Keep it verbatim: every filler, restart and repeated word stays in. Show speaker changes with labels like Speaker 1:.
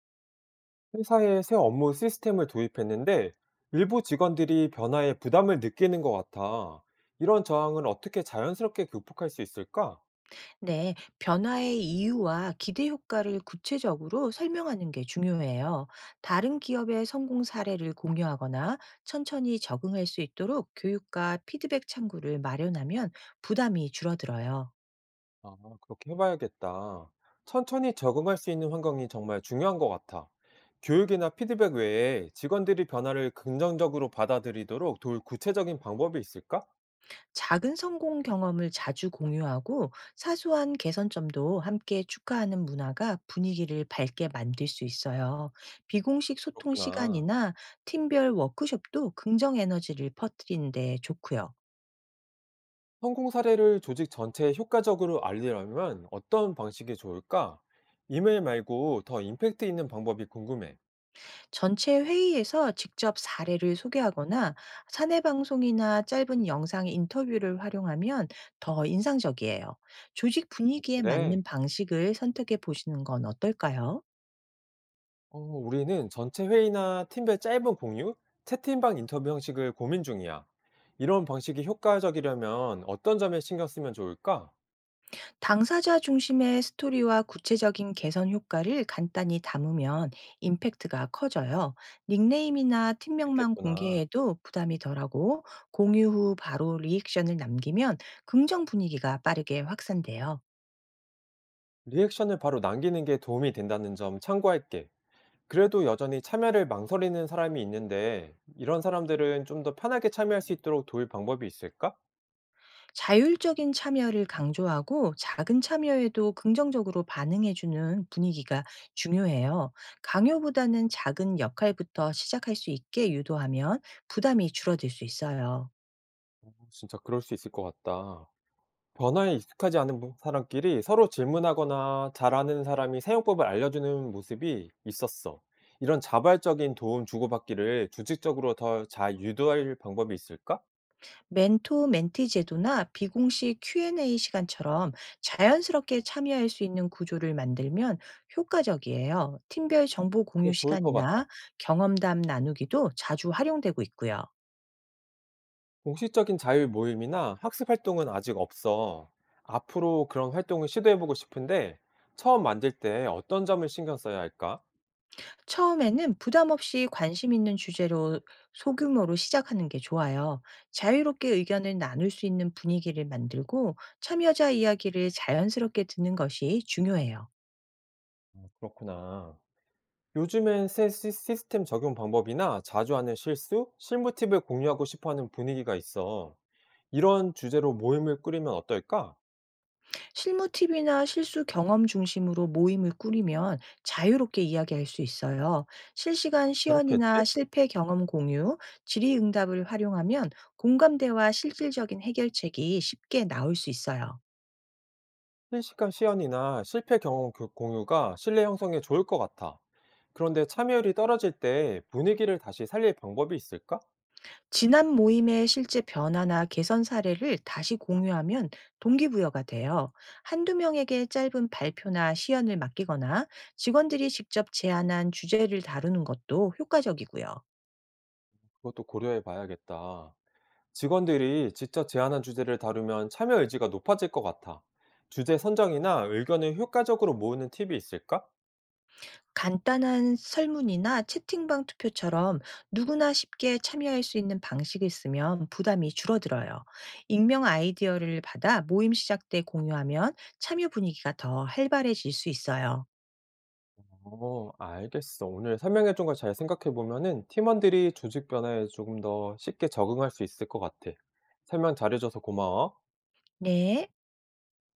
Speaker 1: 회사에 새 업무 시스템을 도입했는데 일부 직원들이 변화에 부담을 느끼는 것 같아. 이런 저항을 어떻게 자연스럽게 극복할 수 있을까?
Speaker 2: 네, 변화의 이유와 기대 효과를 구체적으로 설명하는 게 중요해요. 다른 기업의 성공 사례를 공유하거나 천천히 적응할 수 있도록 교육과 피드백 창구를 마련하면 부담이 줄어들어요.
Speaker 1: 아, 그렇게 해봐야겠다. 천천히 적응할 수 있는 환경이 정말 중요한 것 같아. 교육이나 피드백 외에 직원들이 변화를 긍정적으로 받아들이도록 도울 구체적인 방법이 있을까?
Speaker 2: 작은 성공 경험을 자주 공유하고 사소한 개선점도 함께 축하하는 문화가 분위기를 밝게 만들 수 있어요. 비공식 소통
Speaker 1: 그렇구나.
Speaker 2: 시간이나 팀별 워크숍도 긍정 에너지를 퍼뜨리는 데 좋고요.
Speaker 1: 성공 사례를 조직 전체에 효과적으로 알리려면 어떤 방식이 좋을까? 이메일 말고 더 임팩트 있는 방법이 궁금해.
Speaker 2: 전체 회의에서 직접 사례를 소개하거나 사내 방송이나 짧은 영상 인터뷰를 활용하면 더 인상적이에요. 조직 분위기에
Speaker 1: 그래.
Speaker 2: 맞는 방식을 선택해 보시는 건 어떨까요?
Speaker 1: 어, 우리는 전체 회의나 팀별 짧은 공유, 채팅방 인터뷰 형식을 고민 중이야. 이런 방식이 효과적이려면 어떤 점에 신경 쓰면 좋을까?
Speaker 2: 당사자 중심의 스토리와 구체적인 개선 효과를 간단히 담으면 임팩트가 커져요. 닉네임이나 팀명만
Speaker 1: 있겠구나.
Speaker 2: 공개해도 부담이 덜하고, 공유 후 바로 리액션을 남기면 긍정 분위기가 빠르게 확산돼요.
Speaker 1: 리액션을 바로 남기는 게 도움이 된다는 점 참고할게. 그래도 여전히 참여를 망설이는 사람이 있는데, 이런 사람들은 좀 더 편하게 참여할 수 있도록 도울 방법이 있을까?
Speaker 2: 자율적인 참여를 강조하고 작은 참여에도 긍정적으로 반응해주는 분위기가 중요해요. 강요보다는 작은 역할부터 시작할 수 있게 유도하면 부담이 줄어들 수 있어요.
Speaker 1: 진짜 그럴 수 있을 것 같다. 변화에 익숙하지 않은 분 사람끼리 서로 질문하거나 잘하는 사람이 사용법을 알려주는 모습이 있었어. 이런 자발적인 도움 주고받기를 조직적으로 더 잘 유도할 방법이 있을까?
Speaker 2: 멘토 멘티 제도나 비공식 큐 앤 에이 시간처럼 자연스럽게 참여할 수 있는 구조를 만들면 효과적이에요. 팀별 정보 공유
Speaker 1: 이거 좋을 것
Speaker 2: 시간이나
Speaker 1: 같다.
Speaker 2: 경험담 나누기도 자주 활용되고 있고요.
Speaker 1: 공식적인 자율 모임이나 학습 활동은 아직 없어. 앞으로 그런 활동을 시도해보고 싶은데 처음 만들 때 어떤 점을 신경 써야 할까?
Speaker 2: 처음에는 부담 없이 관심 있는 주제로 소규모로 시작하는 게 좋아요. 자유롭게 의견을 나눌 수 있는 분위기를 만들고 참여자 이야기를 자연스럽게 듣는 것이 중요해요.
Speaker 1: 그렇구나. 요즘엔 새 시- 시스템 적용 방법이나 자주 하는 실수, 실무 팁을 공유하고 싶어 하는 분위기가 있어. 이런 주제로 모임을 꾸리면 어떨까?
Speaker 2: 실무 팁이나 실수 경험 중심으로 모임을 꾸리면 자유롭게 이야기할 수 있어요. 실시간 시연이나
Speaker 1: 그렇겠지?
Speaker 2: 실패 경험 공유, 질의응답을 활용하면 공감대와 실질적인 해결책이 쉽게 나올 수 있어요.
Speaker 1: 실시간 시연이나 실패 경험 교- 공유가 신뢰 형성에 좋을 것 같아. 그런데 참여율이 떨어질 때 분위기를 다시 살릴 방법이 있을까?
Speaker 2: 지난 모임의 실제 변화나 개선 사례를 다시 공유하면 동기부여가 돼요. 한두 명에게 짧은 발표나 시연을 맡기거나 직원들이 직접 제안한 주제를 다루는 것도 효과적이고요.
Speaker 1: 그것도 고려해 봐야겠다. 직원들이 직접 제안한 주제를 다루면 참여 의지가 높아질 것 같아. 주제 선정이나 의견을 효과적으로 모으는 팁이 있을까?
Speaker 2: 간단한 설문이나 채팅방 투표처럼 누구나 쉽게 참여할 수 있는 방식을 쓰면 부담이 줄어들어요. 익명 아이디어를 받아 모임 시작 때 공유하면 참여 분위기가 더 활발해질 수 있어요.
Speaker 1: 어 알겠어. 오늘 설명해 준 걸 잘 생각해 보면은 팀원들이 조직 변화에 조금 더 쉽게 적응할 수 있을 것 같아. 설명 잘해 줘서 고마워.
Speaker 2: 네.